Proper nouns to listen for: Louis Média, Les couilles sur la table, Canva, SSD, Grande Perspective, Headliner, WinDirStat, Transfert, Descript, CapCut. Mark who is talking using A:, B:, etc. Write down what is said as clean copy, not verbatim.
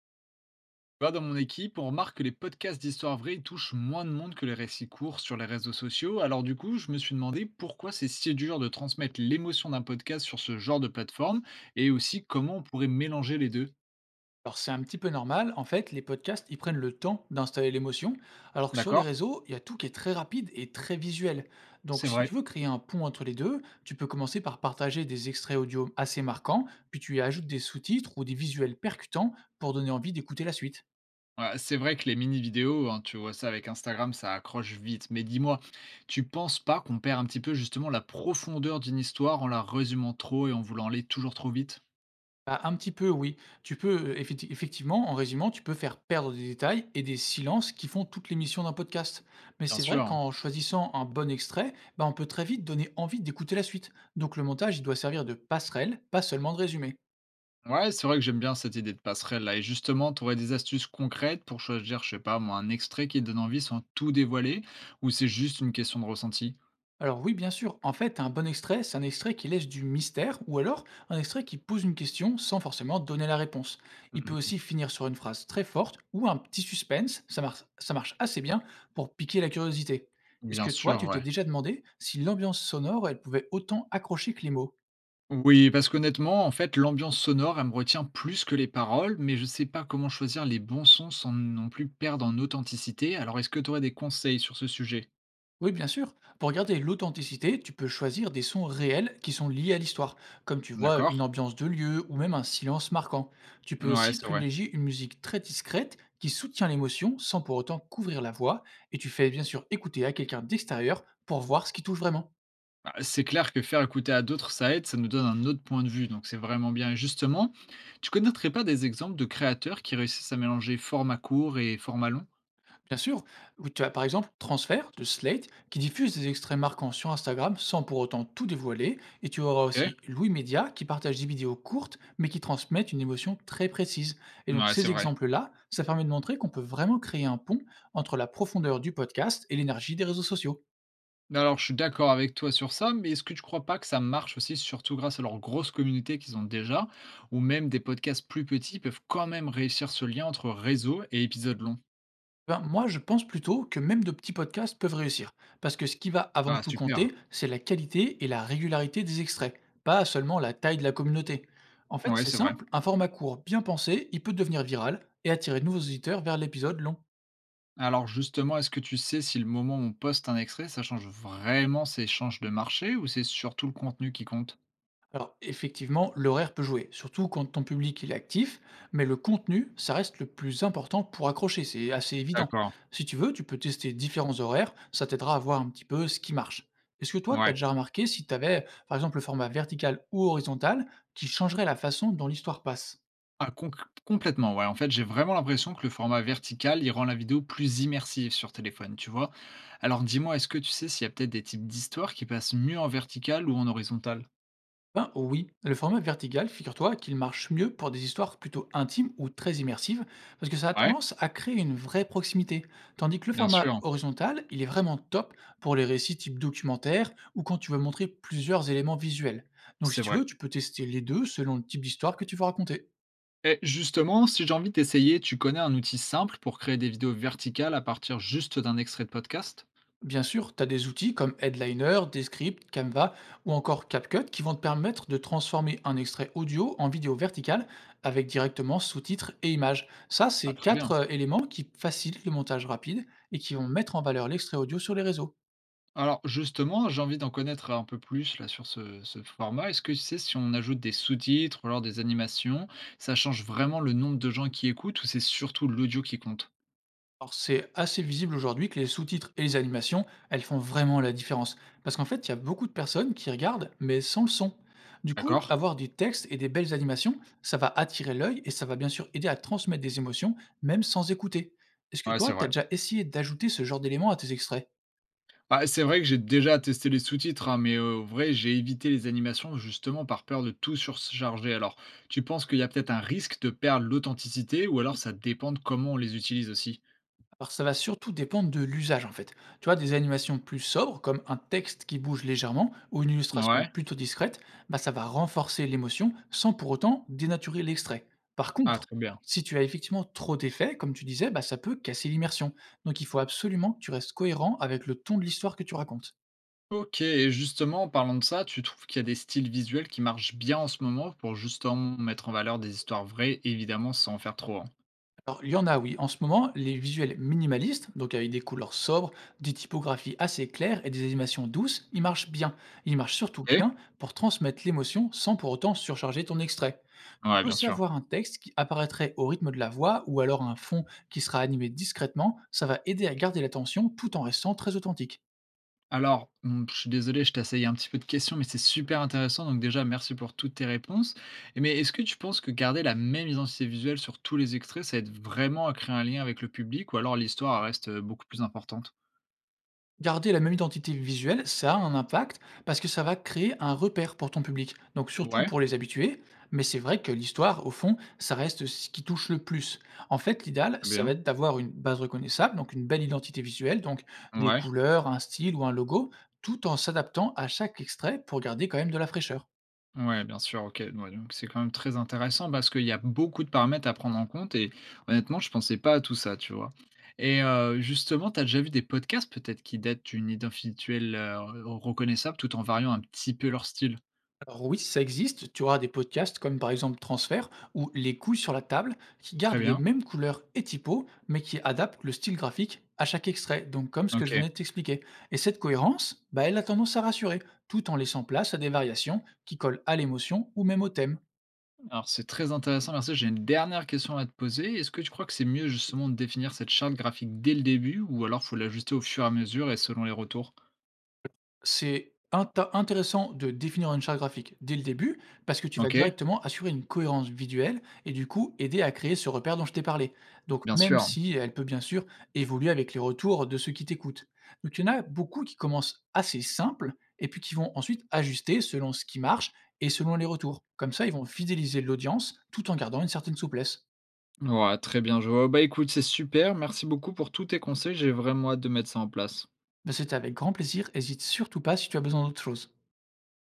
A: Tu vois, dans mon équipe, on remarque que les podcasts d'histoire vraie touchent moins de monde que les récits courts sur les réseaux sociaux. Alors du coup, je me suis demandé pourquoi c'est si dur de transmettre l'émotion d'un podcast sur ce genre de plateforme et aussi comment on pourrait mélanger les deux.
B: Alors c'est un petit peu normal, en fait, les podcasts, ils prennent le temps d'installer l'émotion, alors que sur les
A: D'accord?
B: réseaux, il y a tout qui est très rapide et très visuel. Donc
A: C'est
B: si
A: vrai.
B: tu veux créer un pont entre les deux, tu peux commencer par partager des extraits audio assez marquants, puis tu y ajoutes des sous-titres ou des visuels percutants pour donner envie d'écouter la suite.
A: Ouais, c'est vrai que les mini-vidéos, hein, tu vois ça avec Instagram, ça accroche vite. Mais dis-moi, tu penses pas qu'on perd un petit peu justement la profondeur d'une histoire en la résumant trop et en voulant aller toujours trop vite?
B: Bah, un petit peu oui. Tu peux, effectivement, en résumant, tu peux faire perdre des détails et des silences qui font toute l'émission d'un podcast. Mais
A: Bien
B: c'est vrai
A: sûr.
B: qu'en choisissant un bon extrait, bah, on peut très vite donner envie d'écouter la suite. Donc le montage, il doit servir de passerelle, pas seulement de résumé.
A: Ouais, c'est vrai que j'aime bien cette idée de passerelle-là. Et justement, tu aurais des astuces concrètes pour choisir, je sais pas, moi, un extrait qui donne envie sans tout dévoiler, ou c'est juste une question de ressenti?
B: Alors oui, bien sûr. En fait, un bon extrait, c'est un extrait qui laisse du mystère ou alors un extrait qui pose une question sans forcément donner la réponse. Il peut
A: Mhm.
B: aussi finir sur une phrase très forte ou un petit suspense. Ça marche assez bien pour piquer la curiosité. Est-ce
A: Bien
B: que toi,
A: sûr,
B: tu t'es
A: ouais.
B: déjà demandé si l'ambiance sonore, elle pouvait autant accrocher que les mots?
A: Oui, parce qu'honnêtement, en fait, l'ambiance sonore, elle me retient plus que les paroles, mais je sais pas comment choisir les bons sons sans non plus perdre en authenticité. Alors, est-ce que tu aurais des conseils sur ce sujet?
B: Oui, bien sûr. Pour garder l'authenticité, tu peux choisir des sons réels qui sont liés à l'histoire, comme tu vois une
A: D'accord?
B: ambiance de lieu ou même un silence marquant. Tu peux
A: Ouais,
B: aussi
A: c'est vrai.
B: privilégier une musique très discrète qui soutient l'émotion sans pour autant couvrir la voix, et tu fais bien sûr écouter à quelqu'un d'extérieur pour voir ce qui touche vraiment.
A: Bah, c'est clair que faire écouter à d'autres, ça aide, ça nous donne un autre point de vue, donc c'est vraiment bien. Et justement, tu connaîtrais pas des exemples de créateurs qui réussissent à mélanger format court et format long?
B: Bien sûr, oui, tu as par exemple Transfert de Slate qui diffuse des extraits marquants sur Instagram sans pour autant tout dévoiler. Et tu auras
A: Ok.
B: aussi Louis Média qui partage des vidéos courtes mais qui transmettent une émotion très précise. Et donc
A: Ouais, c'est
B: ces
A: vrai.
B: exemples-là, ça permet de montrer qu'on peut vraiment créer un pont entre la profondeur du podcast et l'énergie des réseaux sociaux.
A: Alors, je suis d'accord avec toi sur ça, mais est-ce que tu crois pas que ça marche aussi, surtout grâce à leur grosse communauté qu'ils ont déjà, ou même des podcasts plus petits peuvent quand même réussir ce lien entre réseau et épisode long?
B: Ben, moi, je pense plutôt que même de petits podcasts peuvent réussir, parce que ce qui va avant
A: Ah,
B: tout
A: super.
B: compter, c'est la qualité et la régularité des extraits, pas seulement la taille de la communauté. En fait,
A: Ouais,
B: c'est
A: c'est vrai.
B: simple, un format court bien pensé, il peut devenir viral et attirer de nouveaux auditeurs vers l'épisode long.
A: Alors justement, est-ce que tu sais si le moment où on poste un extrait, ça change vraiment ces chances de marché ou c'est surtout le contenu qui compte?
B: Alors effectivement, l'horaire peut jouer, surtout quand ton public il est actif, mais le contenu, ça reste le plus important pour accrocher, c'est assez évident.
A: D'accord,
B: Si tu veux, tu peux tester différents horaires, ça t'aidera à voir un petit peu ce qui marche. Est-ce que toi, tu as
A: ouais.
B: déjà remarqué si tu avais, par exemple, le format vertical ou horizontal qui changerait la façon dont l'histoire passe?
A: Ah, conc- Complètement, ouais. En fait, j'ai vraiment l'impression que le format vertical, il rend la vidéo plus immersive sur téléphone, tu vois. Alors dis-moi, est-ce que tu sais s'il y a peut-être des types d'histoires qui passent mieux en vertical ou en horizontal?
B: Ben oui, le format vertical, figure-toi qu'il marche mieux pour des histoires plutôt intimes ou très immersives, parce que ça a
A: Ouais,
B: tendance à créer une vraie proximité. Tandis que le
A: bien
B: format
A: sûr,
B: horizontal, il est vraiment top pour les récits type documentaire ou quand tu veux montrer plusieurs éléments visuels. Donc
A: c'est
B: si tu
A: vrai.
B: veux, tu peux tester les deux selon le type d'histoire que tu veux raconter.
A: Et justement, si j'ai envie d'essayer, tu connais un outil simple pour créer des vidéos verticales à partir juste d'un extrait de podcast?
B: Bien sûr, tu as des outils comme Headliner, Descript, Canva ou encore CapCut qui vont te permettre de transformer un extrait audio en vidéo verticale avec directement sous-titres et images. Ça,
A: Ah,
B: c'est
A: très bien.
B: quatre éléments qui facilitent le montage rapide et qui vont mettre en valeur l'extrait audio sur les réseaux.
A: Alors justement, j'ai envie d'en connaître un peu plus là sur ce format. Est-ce que tu sais si on ajoute des sous-titres ou alors des animations, ça change vraiment le nombre de gens qui écoutent ou c'est surtout l'audio qui compte?
B: Alors, c'est assez visible aujourd'hui que les sous-titres et les animations, elles font vraiment la différence. Parce qu'en fait, il y a beaucoup de personnes qui regardent, mais sans le son. Du coup,
A: D'accord?
B: avoir du texte et des belles animations, ça va attirer l'œil et ça va bien sûr aider à transmettre des émotions, même sans écouter. Est-ce que
A: Ouais, c'est
B: toi, tu as
A: vrai.
B: déjà essayé d'ajouter ce genre d'éléments à tes extraits?
A: Bah, c'est vrai que j'ai déjà testé les sous-titres, hein, mais au vrai, j'ai évité les animations justement par peur de tout surcharger. Alors, tu penses qu'il y a peut-être un risque de perdre l'authenticité ou alors ça dépend de comment on les utilise aussi?
B: Alors ça va surtout dépendre de l'usage en fait. Tu vois, des animations plus sobres, comme un texte qui bouge légèrement ou une illustration
A: Ouais.
B: plutôt discrète, bah, ça va renforcer l'émotion sans pour autant dénaturer l'extrait. Par
A: Ah,
B: contre,
A: très bien.
B: si tu as effectivement trop d'effets, comme tu disais, bah, ça peut casser l'immersion. Donc il faut absolument que tu restes cohérent avec le ton de l'histoire que tu racontes.
A: OK et justement, en parlant de ça, tu trouves qu'il y a des styles visuels qui marchent bien en ce moment pour justement mettre en valeur des histoires vraies, évidemment, sans en faire trop, hein?
B: Alors, il y en a, oui. En ce moment, les visuels minimalistes, donc avec des couleurs sobres, des typographies assez claires et des animations douces, ils marchent bien. Ils marchent surtout
A: OK.
B: bien pour transmettre l'émotion sans pour autant surcharger ton extrait. Tu
A: Ouais,
B: peux
A: bien
B: aussi
A: sûr.
B: avoir un texte qui apparaîtrait au rythme de la voix ou alors un fond qui sera animé discrètement. Ça va aider à garder l'attention tout en restant très authentique.
A: Alors, mmh, je suis désolé, je t'assaille un petit peu de questions, mais c'est super intéressant, donc déjà merci pour toutes tes réponses. Et mais est-ce que tu penses que garder la même identité visuelle sur tous les extraits, ça aide vraiment à créer un lien avec le public ou alors l'histoire reste, beaucoup plus importante?
B: Garder la même identité visuelle, ça a un impact parce que ça va créer un repère pour ton public, donc surtout
A: Ouais,
B: pour les habitués, mais c'est vrai que l'histoire, au fond, ça reste ce qui touche le plus. En fait, l'idéal,
A: c'est
B: ça
A: bien.
B: va être d'avoir une base reconnaissable, donc une belle identité visuelle, donc des
A: Ouais.
B: couleurs, un style ou un logo, tout en s'adaptant à chaque extrait pour garder quand même de la fraîcheur.
A: Ouais, bien sûr, OK. Ouais, donc c'est quand même très intéressant parce qu'il y a beaucoup de paramètres à prendre en compte et honnêtement, je pensais pas à tout ça, tu vois? Et justement, tu as déjà vu des podcasts peut-être qui datent d'une identité visuelle, reconnaissable tout en variant un petit peu leur style?
B: Alors oui, ça existe. Tu auras des podcasts comme par exemple Transfert ou Les couilles sur la table qui
A: Très
B: gardent les
A: bien,
B: mêmes couleurs et typos mais qui adaptent le style graphique à chaque extrait, donc comme ce que je
A: OK.
B: venais de t'expliquer. Et cette cohérence, bah, elle a tendance à rassurer, tout en laissant place à des variations qui collent à l'émotion ou même au thème.
A: Alors c'est très intéressant, merci. J'ai une dernière question à te poser. Est-ce que tu crois que c'est mieux justement de définir cette charte graphique dès le début ou alors faut l'ajuster au fur et à mesure et selon les retours?
B: C'est inta intéressant de définir une charte graphique dès le début, parce que tu vas
A: OK,
B: directement assurer une cohérence visuelle et du coup aider à créer ce repère dont je t'ai parlé. Donc
A: bien
B: même
A: sûr.
B: si elle peut bien sûr évoluer avec les retours de ceux qui t'écoutent. Donc il y en a beaucoup qui commencent assez simple et puis qui vont ensuite ajuster selon ce qui marche et selon les retours. Comme ça, ils vont fidéliser l'audience tout en gardant une certaine souplesse.
A: Ouais, très bien, je vois. Bah écoute, c'est super. Merci beaucoup pour tous tes conseils. J'ai vraiment hâte de mettre ça en place.
B: Ben, c'était avec grand plaisir, hésite surtout pas si tu as besoin d'autre chose.